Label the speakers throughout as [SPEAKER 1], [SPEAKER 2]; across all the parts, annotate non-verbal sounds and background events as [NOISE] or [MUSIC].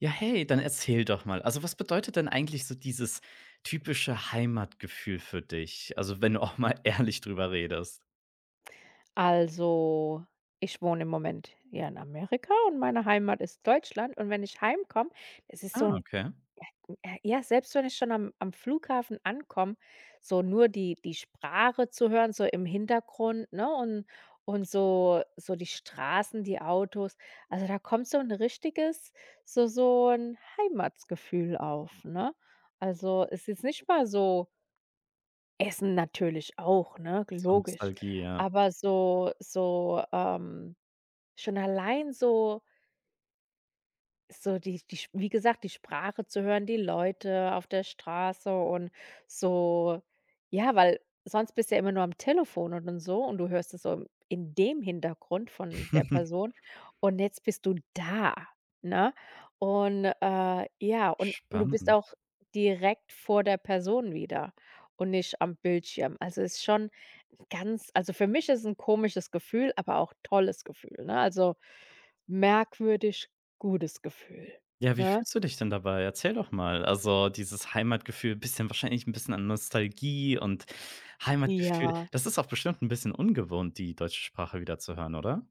[SPEAKER 1] Ja, hey, dann erzähl doch mal. Also, was bedeutet denn eigentlich so dieses typische Heimatgefühl für dich? Also, wenn du auch mal [LAUGHS] ehrlich drüber redest.
[SPEAKER 2] Also, ich wohne im Moment ja in Amerika und meine Heimat ist Deutschland. Und wenn ich heimkomme, es ist
[SPEAKER 1] Ah,
[SPEAKER 2] so 'n
[SPEAKER 1] okay.
[SPEAKER 2] ja, selbst wenn ich schon am Flughafen ankomme, so nur die Sprache zu hören, so im Hintergrund, ne, und so die Straßen, die Autos. Also, da kommt so ein richtiges so ein Heimatsgefühl auf, ne? Also, es ist nicht mal so Essen natürlich auch, ne,
[SPEAKER 1] So
[SPEAKER 2] logisch.
[SPEAKER 1] Nostalgie, ja.
[SPEAKER 2] Aber schon allein so die Sch wie gesagt, die Sprache zu hören, die Leute auf der Straße und so ja, weil sonst bist du ja immer nur am Telefon und so und du hörst es so im in dem Hintergrund von der
[SPEAKER 1] [LAUGHS]
[SPEAKER 2] Person und jetzt bist du da, ne? Und, ja, und du bist
[SPEAKER 1] Spannend.
[SPEAKER 2] auch direkt vor der Person wieder und nicht am Bildschirm. Also, ist schon ganz. Also, für mich ist ein komisches Gefühl, aber auch tolles Gefühl, ne? Also, merkwürdig gutes Gefühl,
[SPEAKER 1] Ja, wie
[SPEAKER 2] ne?
[SPEAKER 1] fühlst du dich denn dabei? Erzähl doch mal. Also, dieses Heimatgefühl, bisschen wahrscheinlich ein bisschen an Nostalgie und Heimatgefühl.
[SPEAKER 2] Ja,
[SPEAKER 1] Das ist auch bestimmt ein bisschen ungewohnt, die deutsche Sprache wieder zu hören, oder?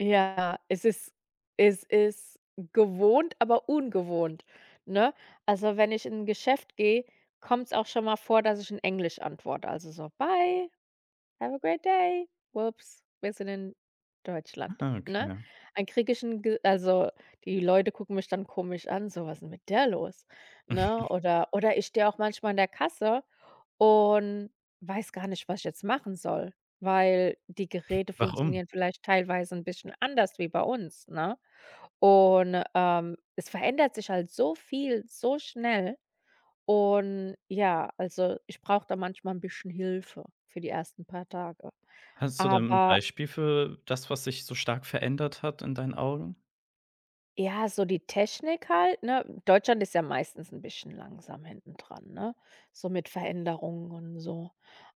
[SPEAKER 2] ja, es ist gewohnt, aber ungewohnt, ne? Also, wenn ich in ein Geschäft gehe, kommt es auch schon mal vor, dass ich in Englisch antworte. Also, so: „Bye." Have a great day. Whoops, wir sind in Deutschland,
[SPEAKER 1] Ah,
[SPEAKER 2] ne?
[SPEAKER 1] okay.
[SPEAKER 2] An griechischen Ge also, die Leute gucken mich dann komisch an, so: „Was 'n mit der los?", ne? Oder ich stehe auch manchmal an der Kasse und weiß gar nicht, was ich jetzt machen soll, weil die Geräte
[SPEAKER 1] Warum?
[SPEAKER 2] funktionieren vielleicht teilweise 'n bisschen anders wie bei uns, ne? Und, es verändert sich halt so viel, so schnell. Und ja, also, ich brauche da manchmal ein bisschen Hilfe für die ersten paar Tage.
[SPEAKER 1] Hast du da ein
[SPEAKER 2] Aber
[SPEAKER 1] Beispiel für das, was sich so stark verändert hat in deinen Augen?
[SPEAKER 2] ja, so die Technik halt, ne? Deutschland ist ja meistens ein bisschen langsam hinten dran, ne? So mit Veränderungen und so.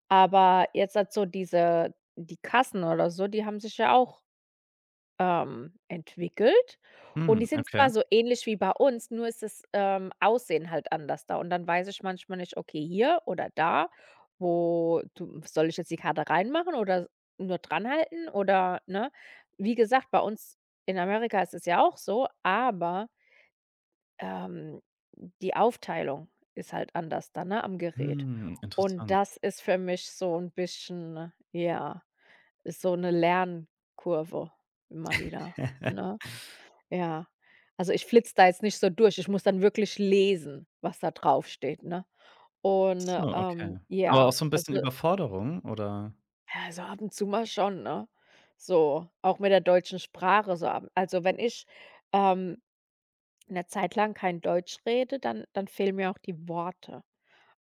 [SPEAKER 2] Aber jetzt halt so die Kassen oder so, die haben sich ja auch entwickelt und
[SPEAKER 1] Mhm,
[SPEAKER 2] die sind
[SPEAKER 1] okay.
[SPEAKER 2] zwar so ähnlich wie bei uns, nur ist das, Aussehen halt anders da und dann weiß ich manchmal nicht: „Okay, hier oder da, wo du soll ich jetzt die Karte reinmachen oder nur dranhalten?" Oder, ne? Wie gesagt, bei uns in Amerika ist es ja auch so, aber, ähm, die Aufteilung ist halt anders dann, ne, am Gerät.
[SPEAKER 1] Hm,
[SPEAKER 2] Und
[SPEAKER 1] interessant.
[SPEAKER 2] das ist für mich so ein bisschen ja, ist so eine Lernkurve immer wieder,
[SPEAKER 1] [LAUGHS]
[SPEAKER 2] ne? Ja. Also, ich flitze da jetzt nicht so durch. Ich muss dann wirklich lesen, was da draufsteht, ne? Und,
[SPEAKER 1] So, okay. Aber auch
[SPEAKER 2] ja,
[SPEAKER 1] so 'n bisschen
[SPEAKER 2] also
[SPEAKER 1] Überforderung oder?
[SPEAKER 2] ja, so ab und zu mal schon, ne? So, auch mit der deutschen Sprache so ab also, wenn ich, ähm, 'ne Zeit lang kein Deutsch rede, dann fehlen mir auch die Worte.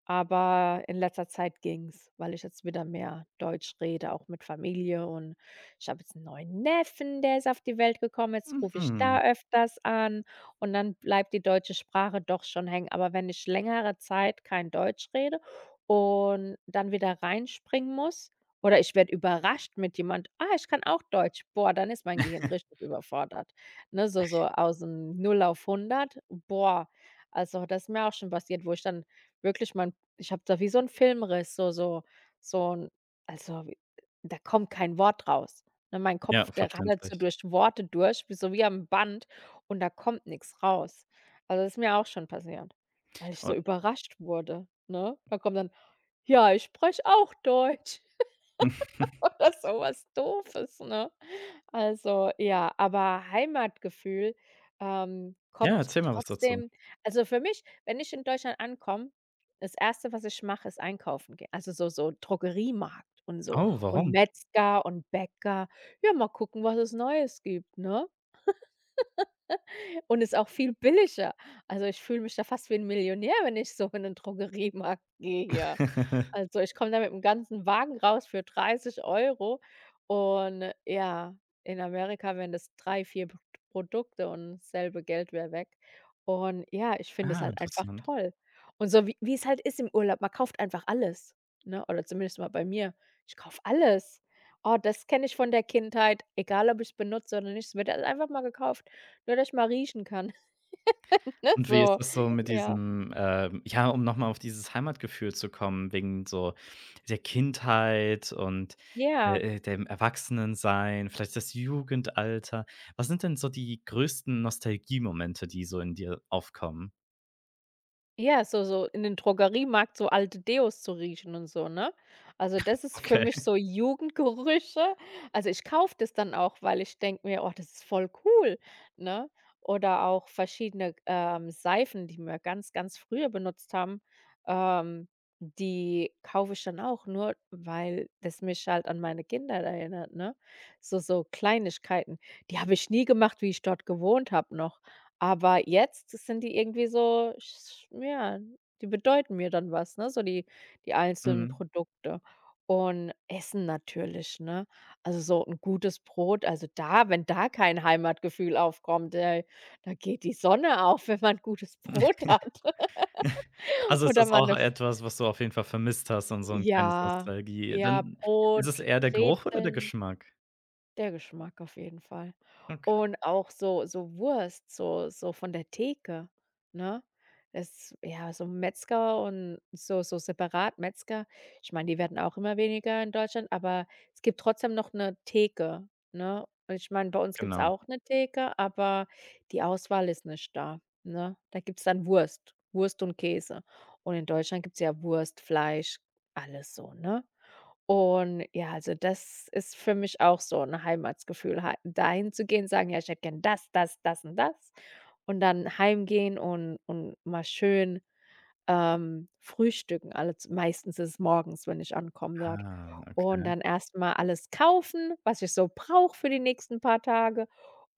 [SPEAKER 2] Aber in letzter Zeit ging's, weil ich jetzt wieder mehr Deutsch rede, auch mit Familie und ich habe jetzt einen neuen Neffen, der ist auf die Welt gekommen, jetzt rufe ich
[SPEAKER 1] Mhm.
[SPEAKER 2] da öfters an und dann bleibt die deutsche Sprache doch schon hängen. Aber wenn ich längere Zeit kein Deutsch rede und dann wieder reinspringen muss oder ich werde überrascht mit jemand: „Ah, ich kann auch Deutsch." Boah, dann ist mein Gehirn richtig überfordert, ne? So aus dem Null auf hundert, Boah, also, das ist mir auch schon passiert, wo ich dann wirklich mein ich habe da wie so 'n Filmriss, so so so 'n also, w da kommt kein Wort raus, ne? Mein
[SPEAKER 1] Ja,
[SPEAKER 2] Kopf, der rattert so
[SPEAKER 1] verständlich.
[SPEAKER 2] durch Worte durch, wie so wie am Band und da kommt nix raus. Also, das ist mir auch schon passiert, weil ich so
[SPEAKER 1] Und
[SPEAKER 2] überrascht wurde, ne? Da kommt dann: „Ja, ich spreche auch Deutsch" [LAUGHS]
[SPEAKER 1] [LAUGHS]
[SPEAKER 2] oder so was Doofes, ne? Also, ja, aber Heimatgefühl,
[SPEAKER 1] ja,
[SPEAKER 2] kommt
[SPEAKER 1] erzähl mal was dazu.
[SPEAKER 2] trotzdem also, für mich, wenn ich in Deutschland ankomme, das erste, was ich mache, ist einkaufen gehen. Also, so Drogeriemarkt und so
[SPEAKER 1] Oh,
[SPEAKER 2] und
[SPEAKER 1] warum?
[SPEAKER 2] Metzger und Bäcker. Ja, mal gucken, was es Neues gibt, ne? und ist auch viel billiger. Also, ich fühle mich da fast wie ein Millionär, wenn ich so in den Drogeriemarkt gehe hier.
[SPEAKER 1] [LAUGHS]
[SPEAKER 2] Also, ich komme da mit'm ganzen Wagen raus für 30 € und ja, in Amerika wären das 3, 4 P Produkte und selbe Geld wäre weg. Und ja, ich finde es
[SPEAKER 1] Ah,
[SPEAKER 2] halt einfach
[SPEAKER 1] interessant.
[SPEAKER 2] toll. Und so wie es halt ist im Urlaub, man kauft einfach alles, ne? Oder zumindest mal bei mir. Ich kaufe alles. Oh, das kenne ich von der Kindheit, egal ob ich's benutze oder nicht, es wird halt einfach mal gekauft. Nur, dass ich mal riechen kann, [LAUGHS] ne,
[SPEAKER 1] Und wie ist
[SPEAKER 2] so.
[SPEAKER 1] das so mit
[SPEAKER 2] Ja.
[SPEAKER 1] diesem, ja, um noch mal auf dieses Heimatgefühl zu kommen, wegen so der Kindheit und,
[SPEAKER 2] Ja,
[SPEAKER 1] dem Erwachsenensein, vielleicht das Jugendalter. Was sind denn so die größten Nostalgiemomente, die so in dir aufkommen?
[SPEAKER 2] Ja, so in den Drogeriemarkt so alte Deos zu riechen und so, ne? Also, das ist für
[SPEAKER 1] Okay.
[SPEAKER 2] mich so Jugendgerüche. Also, ich kaufe das dann auch, weil ich denke mir: „Oh, das ist voll cool", ne? Oder auch verschiedene, Seifen, die wir ganz, ganz früher benutzt haben, ähm, die kaufe ich dann auch nur, weil das mich halt an meine Kinder erinnert, ne? So Kleinigkeiten. Die habe ich nie gemacht, wie ich dort gewohnt habe noch. Aber jetzt sind die irgendwie so, sch ja, die bedeuten mir dann was, ne, so die einzelnen
[SPEAKER 1] Mhm.
[SPEAKER 2] Produkte. Und Essen natürlich, ne? Also, so ein gutes Brot, also da wenn da kein Heimatgefühl aufkommt, ey, da geht die Sonne auf, wenn man gutes Brot hat
[SPEAKER 1] [LAUGHS]
[SPEAKER 2] [LAUGHS]
[SPEAKER 1] Also, ist
[SPEAKER 2] oder
[SPEAKER 1] das
[SPEAKER 2] man 'ne
[SPEAKER 1] auch
[SPEAKER 2] F
[SPEAKER 1] etwas, was du auf jeden Fall vermisst hast und so 'n kleines
[SPEAKER 2] ja,
[SPEAKER 1] Nostalgie
[SPEAKER 2] ja,
[SPEAKER 1] dann ist es
[SPEAKER 2] Brot,
[SPEAKER 1] eher der Geruch oder der
[SPEAKER 2] Brezeln.
[SPEAKER 1] Geschmack?
[SPEAKER 2] Der Geschmack auf jeden Fall.
[SPEAKER 1] Okay,
[SPEAKER 2] Und auch so Wurst, so von der Theke, ne? Das ja, so Metzger und so separat Metzger. Ich meine, die werden auch immer weniger in Deutschland, aber es gibt trotzdem noch eine Theke, ne? Und ich meine, bei uns gibt's
[SPEAKER 1] genau.
[SPEAKER 2] auch eine Theke, aber die Auswahl ist nicht da, ne? Da gibt's dann Wurst, Wurst und Käse. Und in Deutschland gibt's ja Wurst, Fleisch, alles so, ne? Und ja, also das ist für mich auch so 'n Heimatsgefühl, hei dahin zu gehen, sagen: „Ja, ich hätte gern das, das, das und das." Und dann heimgehen und mal schön frühstücken alle z meistens ist es morgens, wenn ich ankomme dort.
[SPEAKER 1] Ah,
[SPEAKER 2] Und
[SPEAKER 1] okay.
[SPEAKER 2] dann erstmal alles kaufen, was ich so brauche für die nächsten paar Tage.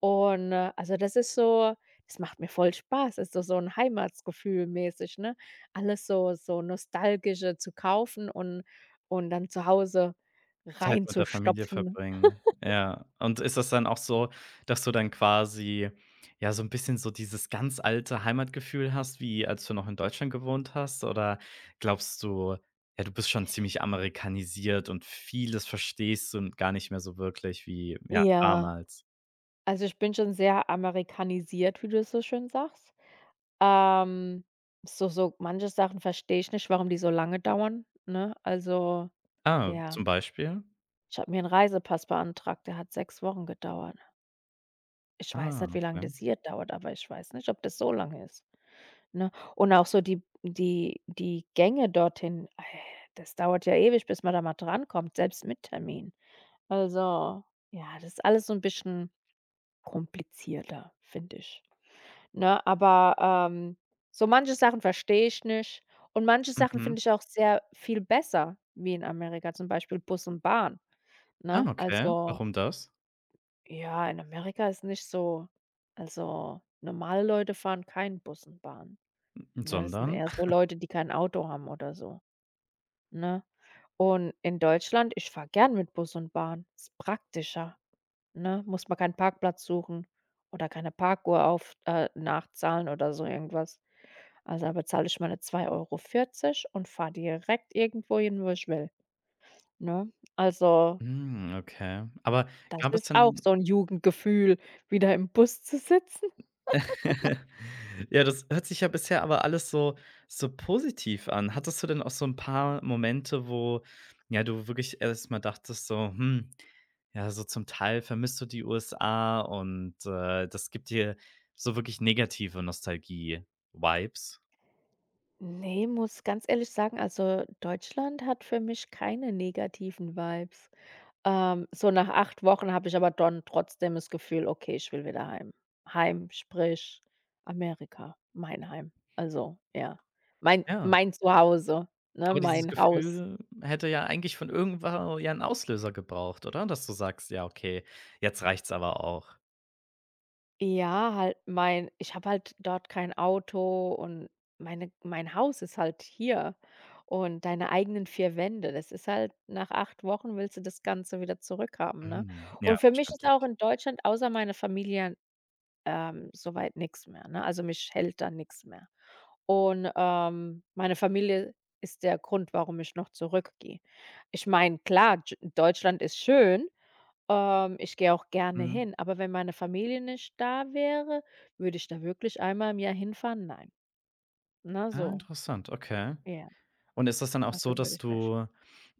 [SPEAKER 2] Und, also, das ist so das macht mir voll Spaß, ist so so 'n Heimatsgefühl mäßig, ne? Alles so Nostalgische zu kaufen und dann zu Hause
[SPEAKER 1] Zeit mit der Familie
[SPEAKER 2] reinzustopfen.
[SPEAKER 1] verbringen. Ja. Und ist das dann auch so, dass du dann quasi, ja, so 'n bisschen so dieses ganz alte Heimatgefühl hast, wie als du noch in Deutschland gewohnt hast? Oder glaubst du, ja, du bist schon ziemlich amerikanisiert und vieles verstehst du n gar nicht mehr so wirklich wie, ja,
[SPEAKER 2] Ja,
[SPEAKER 1] damals?
[SPEAKER 2] also, ich bin schon sehr amerikanisiert, wie du es so schön sagst. Ähm, so manche Sachen verstehe ich nicht, warum die so lange dauern, ne? Also,
[SPEAKER 1] Ah,
[SPEAKER 2] ja,
[SPEAKER 1] zum Beispiel?
[SPEAKER 2] ich habe mir einen Reisepass beantragt, der hat 6 Wochen gedauert. Ich weiß
[SPEAKER 1] Ah,
[SPEAKER 2] nicht, wie lange
[SPEAKER 1] okay.
[SPEAKER 2] das hier dauert, aber ich weiß nicht, ob das so lange ist, ne? Und auch so die Gänge dorthin, das dauert ja ewig, bis man da mal drankommt, selbst mit Termin. Also, ja, das ist alles so ein bisschen komplizierter, finde ich. Ne, aber, ähm, so manche Sachen verstehe ich nicht und manche Sachen
[SPEAKER 1] Mhm.
[SPEAKER 2] finde ich auch sehr viel besser wie in Amerika, zum Beispiel Bus und Bahn,
[SPEAKER 1] Ah,
[SPEAKER 2] ne?
[SPEAKER 1] okay.
[SPEAKER 2] Also,
[SPEAKER 1] Warum das?
[SPEAKER 2] ja, in Amerika ist nicht so also, normale Leute fahren keinen Bus und Bahn, ne? Das sind
[SPEAKER 1] Sondern?
[SPEAKER 2] eher so Leute, die kein Auto haben oder so, ne? Und in Deutschland, ich fahre gern mit Bus und Bahn, ist praktischer, ne? Muss man keinen Parkplatz suchen oder keine Parkuhr auf nachzahlen oder so irgendwas. Also, da bezahle ich meine 2,40 € und fahre direkt irgendwo hin, wo ich will, ne? Also,
[SPEAKER 1] Hm, okay. Aber
[SPEAKER 2] das
[SPEAKER 1] gab es
[SPEAKER 2] ist auch
[SPEAKER 1] denn
[SPEAKER 2] so ein Jugendgefühl, wieder im Bus zu sitzen.
[SPEAKER 1] [LAUGHS] ja, das hört sich ja bisher aber alles so so positiv an. Hattest du denn auch so ein paar Momente, wo, ja, du wirklich erst mal dachtest so: „Hm, ja, so zum Teil vermisst du die USA und, das gibt dir so wirklich negative Nostalgie-Vibes?“
[SPEAKER 2] Ne, muss ganz ehrlich sagen, also, Deutschland hat für mich keine negativen Vibes. So nach 8 Wochen habe ich aber dann trotzdem das Gefühl: „Okay, ich will wieder heim." Heim, sprich Amerika, mein Heim. Also, ja, mein
[SPEAKER 1] Ja.
[SPEAKER 2] mein Zuhause, ne,
[SPEAKER 1] Aber dieses
[SPEAKER 2] mein Haus.
[SPEAKER 1] Gefühl hätte ja eigentlich von irgendwo ja 'n Auslöser gebraucht, oder? Dass du sagst: „Ja, okay, jetzt reicht's aber auch.“
[SPEAKER 2] Ja, halt mein ich habe halt dort kein Auto und mein Haus ist halt hier und deine eigenen 4 Wände. Das ist halt nach 8 Wochen willst du das Ganze wieder zurückhaben, ne?
[SPEAKER 1] Mhm. Ja,
[SPEAKER 2] Und für mich ist auch
[SPEAKER 1] verständlich.
[SPEAKER 2] in Deutschland außer meine Familie so weit mehr, ne? Also, mich hält da nichts mehr. Und, meine Familie ist der Grund, warum ich noch zurückgehe. Ich meine, klar, Dsch Deutschland ist schön, ich gehe auch gerne
[SPEAKER 1] Mhm.
[SPEAKER 2] hin, aber wenn meine Familie nicht da wäre, würde ich da wirklich einmal im Jahr hinfahren? Nein, Na
[SPEAKER 1] Ah,
[SPEAKER 2] so.
[SPEAKER 1] interessant, okay.
[SPEAKER 2] Ja,
[SPEAKER 1] Und ist das dann auch so,
[SPEAKER 2] also, würde
[SPEAKER 1] dass
[SPEAKER 2] ich nicht.
[SPEAKER 1] du,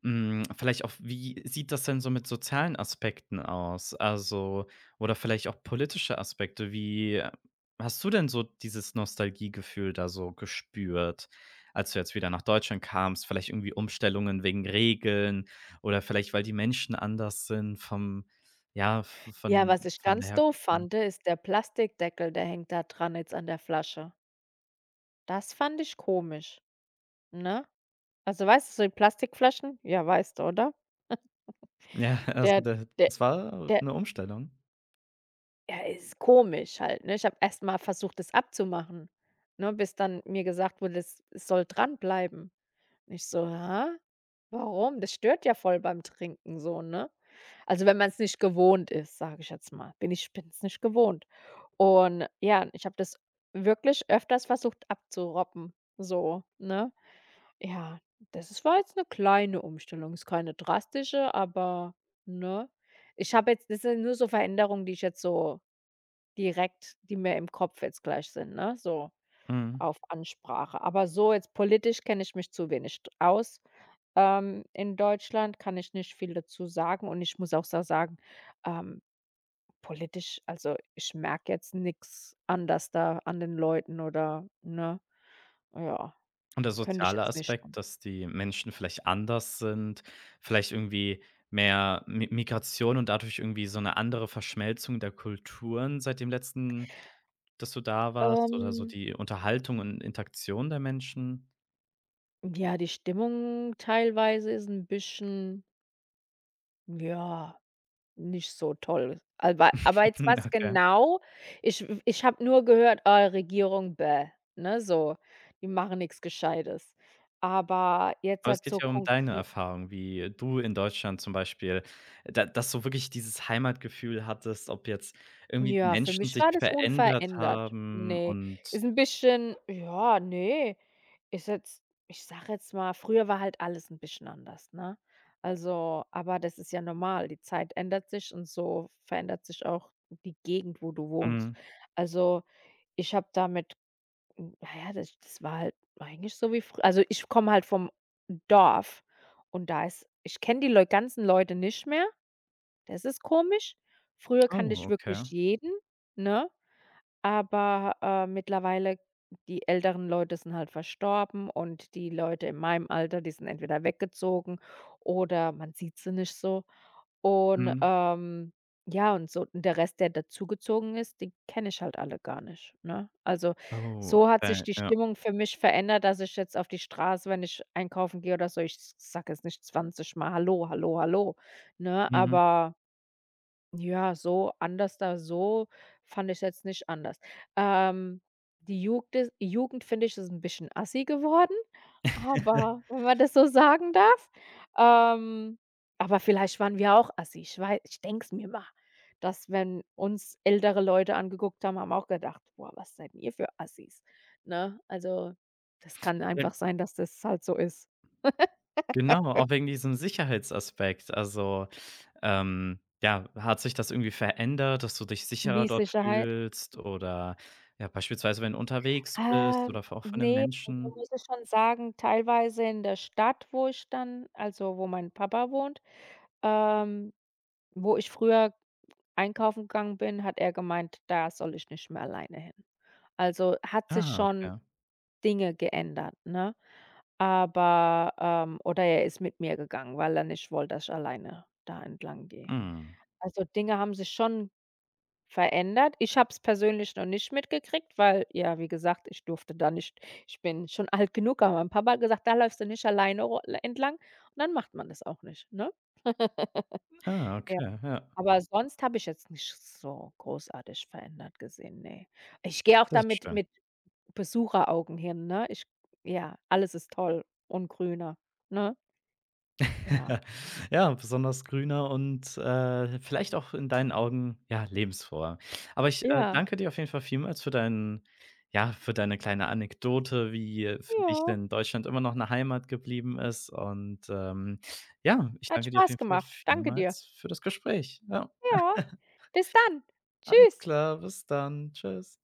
[SPEAKER 1] hm, vielleicht auch wie sieht das denn so mit sozialen Aspekten aus? Also oder vielleicht auch politische Aspekte. Wie hast du denn so dieses Nostalgiegefühl da so gespürt, als du jetzt wieder nach Deutschland kamst? Vielleicht irgendwie Umstellungen wegen Regeln oder vielleicht, weil die Menschen anders sind vom ja, v
[SPEAKER 2] Ja, was ich
[SPEAKER 1] von der
[SPEAKER 2] ganz doof
[SPEAKER 1] Herkunft her?
[SPEAKER 2] fand, ist der Plastikdeckel, der hängt da dran jetzt an der Flasche. Das fand ich komisch, ne? Also, weißt du, so die Plastikflaschen? Ja, weißt du, oder?
[SPEAKER 1] Ja, [LAUGHS] also
[SPEAKER 2] Der
[SPEAKER 1] da
[SPEAKER 2] der
[SPEAKER 1] das war
[SPEAKER 2] der
[SPEAKER 1] eine Umstellung.
[SPEAKER 2] er ist komisch halt, ne? Ich habe erst mal versucht, das abzumachen, ne, bis dann mir gesagt wurde, es soll dranbleiben. Und ich so: „Hä? Warum? Das stört ja voll beim Trinken so", ne? Also, wenn man's nicht gewohnt ist, sage ich jetzt mal. Bin's nicht gewohnt. Und ja, ich habe das wirklich öfters versucht abzuroppen, so, ne? Ja, das ist war jetzt eine kleine Umstellung, ist keine drastische, aber ne? Ich habe jetzt das sind nur so Veränderungen, die ich jetzt so direkt die mir im Kopf jetzt gleich sind, ne, so
[SPEAKER 1] Mhm.
[SPEAKER 2] auf Ansprache. Aber so jetzt politisch kenne ich mich zu wenig d aus, in Deutschland, kann ich nicht viel dazu sagen und ich muss auch sa sagen, ähm, politisch also, ich merke jetzt nichts anders da an den Leuten oder ne? Ja,
[SPEAKER 1] Und der
[SPEAKER 2] könnte ich
[SPEAKER 1] soziale
[SPEAKER 2] jetzt nicht.
[SPEAKER 1] Aspekt, dass die Menschen vielleicht anders sind, vielleicht irgendwie mehr Mi Migration und dadurch irgendwie so eine andere Verschmelzung der Kulturen seit dem letzten dass du da warst oder so
[SPEAKER 2] Ähm
[SPEAKER 1] die Unterhaltung und Interaktion der Menschen?
[SPEAKER 2] Ja, die Stimmung teilweise ist ein bisschen, ja, nicht so toll. Aber
[SPEAKER 1] [LAUGHS]
[SPEAKER 2] jetzt
[SPEAKER 1] Mhm,
[SPEAKER 2] was
[SPEAKER 1] okay.
[SPEAKER 2] genau ich habe nur gehört: „Ah, Regierung, bäh“, ne, so. Die machen nichts Gescheites. Aber jetzt
[SPEAKER 1] Aber es
[SPEAKER 2] halt
[SPEAKER 1] geht
[SPEAKER 2] so
[SPEAKER 1] ja um deine
[SPEAKER 2] konkret?
[SPEAKER 1] Erfahrung, wie du in Deutschland zum Beispiel da dass du wirklich dieses Heimatgefühl hattest, ob jetzt irgendwie die
[SPEAKER 2] Ja, für
[SPEAKER 1] Menschen
[SPEAKER 2] mich
[SPEAKER 1] sich
[SPEAKER 2] war das
[SPEAKER 1] verändert
[SPEAKER 2] unverändert.
[SPEAKER 1] haben
[SPEAKER 2] Ne,
[SPEAKER 1] und
[SPEAKER 2] ist ein bisschen ja, ne. Ist jetzt ich sag jetzt mal, früher war halt alles ein bisschen anders, ne? Also, aber das ist ja normal. Die Zeit ändert sich und so verändert sich auch die Gegend, wo du wohnst.
[SPEAKER 1] mhm.
[SPEAKER 2] Also, ich habe damit hm, na ja, das war halt eigentlich so wie früher. Also, ich komme halt vom Dorf und da ist ich kenne die Leu ganzen Leute nicht mehr, das ist komisch. Früher kannte
[SPEAKER 1] Oh,
[SPEAKER 2] ich wirklich
[SPEAKER 1] okay.
[SPEAKER 2] jeden, ne? Aber, mittlerweile die älteren Leute sind halt verstorben und die Leute in meinem Alter, die sind entweder weggezogen oder man sieht sie nicht so. Und,
[SPEAKER 1] Mhm.
[SPEAKER 2] ja, und so und der Rest, der dazugezogen ist, den kenne ich halt alle gar nicht, ne? Also,
[SPEAKER 1] Oh,
[SPEAKER 2] so hat
[SPEAKER 1] okay,
[SPEAKER 2] sich die
[SPEAKER 1] ja.
[SPEAKER 2] Stimmung für mich verändert, dass ich jetzt auf die Straße, wenn ich einkaufen gehe oder so ich sage jetzt nicht 20 Mal: „Hallo, hallo, hallo“, ne?
[SPEAKER 1] Mhm.
[SPEAKER 2] Aber ja, so anders da so fand ich jetzt nicht anders. Ähm, die Jugend is Jugend, finde ich, ist ein bisschen assi geworden, aber
[SPEAKER 1] [LAUGHS]
[SPEAKER 2] wenn man das so sagen darf. Ähm, aber vielleicht waren wir auch assi. Ich weiß, ich denke es mir mal, dass wenn uns ältere Leute angeguckt haben, haben auch gedacht: „Boah, was seid ihr für Assis?“ Ne? Also, das kann
[SPEAKER 1] Ja,
[SPEAKER 2] einfach sein, dass das halt so ist.
[SPEAKER 1] genau, auch wegen diesem Sicherheitsaspekt. Also, ja, hat sich das irgendwie verändert, dass du dich sicherer
[SPEAKER 2] Wie
[SPEAKER 1] dort
[SPEAKER 2] Sicherheit?
[SPEAKER 1] fühlst oder, ja, beispielsweise, wenn du unterwegs bist
[SPEAKER 2] Ähm,
[SPEAKER 1] oder auch von den
[SPEAKER 2] ne, also,
[SPEAKER 1] Menschen?
[SPEAKER 2] muss ich schon sagen, teilweise in der Stadt, wo ich dann also, wo mein Papa wohnt, ähm, wo ich früher einkaufen gegangen bin, hat er gemeint, da soll ich nicht mehr alleine hin. Also, hat sich
[SPEAKER 1] Ah,
[SPEAKER 2] schon
[SPEAKER 1] okay.
[SPEAKER 2] Dinge geändert, ne? Aber, oder er ist mit mir gegangen, weil er nicht wollte, dass ich alleine da entlang gehe.
[SPEAKER 1] Mhm.
[SPEAKER 2] Also, Dinge haben sich schon verändert? Ich habe es persönlich noch nicht mitgekriegt, weil ja, wie gesagt, ich durfte da nicht ich bin schon alt genug, aber mein Papa hat gesagt: „Da läufst du nicht alleine ro entlang“ und dann macht man das auch nicht, ne? [LAUGHS]
[SPEAKER 1] Ah, okay, ja,
[SPEAKER 2] Aber sonst habe ich jetzt nicht so großartig verändert gesehen, ne. Ich gehe auch
[SPEAKER 1] das ist
[SPEAKER 2] damit
[SPEAKER 1] schön.
[SPEAKER 2] mit Besucheraugen hin, ne? Ich ja, alles ist toll und grüner, ne? Ja.
[SPEAKER 1] [LAUGHS] Ja, besonders grüner und, vielleicht auch in deinen Augen, ja, lebensfroher. Aber ich
[SPEAKER 2] Ja,
[SPEAKER 1] danke dir auf jeden Fall vielmals für deinen ja, für deine kleine Anekdote, wie für dich
[SPEAKER 2] ja.
[SPEAKER 1] denn Deutschland immer noch eine Heimat geblieben ist und, ja, ich
[SPEAKER 2] Hat
[SPEAKER 1] danke dir auf
[SPEAKER 2] Spaß
[SPEAKER 1] jeden Fall
[SPEAKER 2] gemacht. Danke dir.
[SPEAKER 1] vielmals für das Gespräch. Ja.
[SPEAKER 2] Ja,
[SPEAKER 1] [LAUGHS]
[SPEAKER 2] bis dann.
[SPEAKER 1] Alles
[SPEAKER 2] Tschüss.
[SPEAKER 1] klar, bis dann. Tschüss.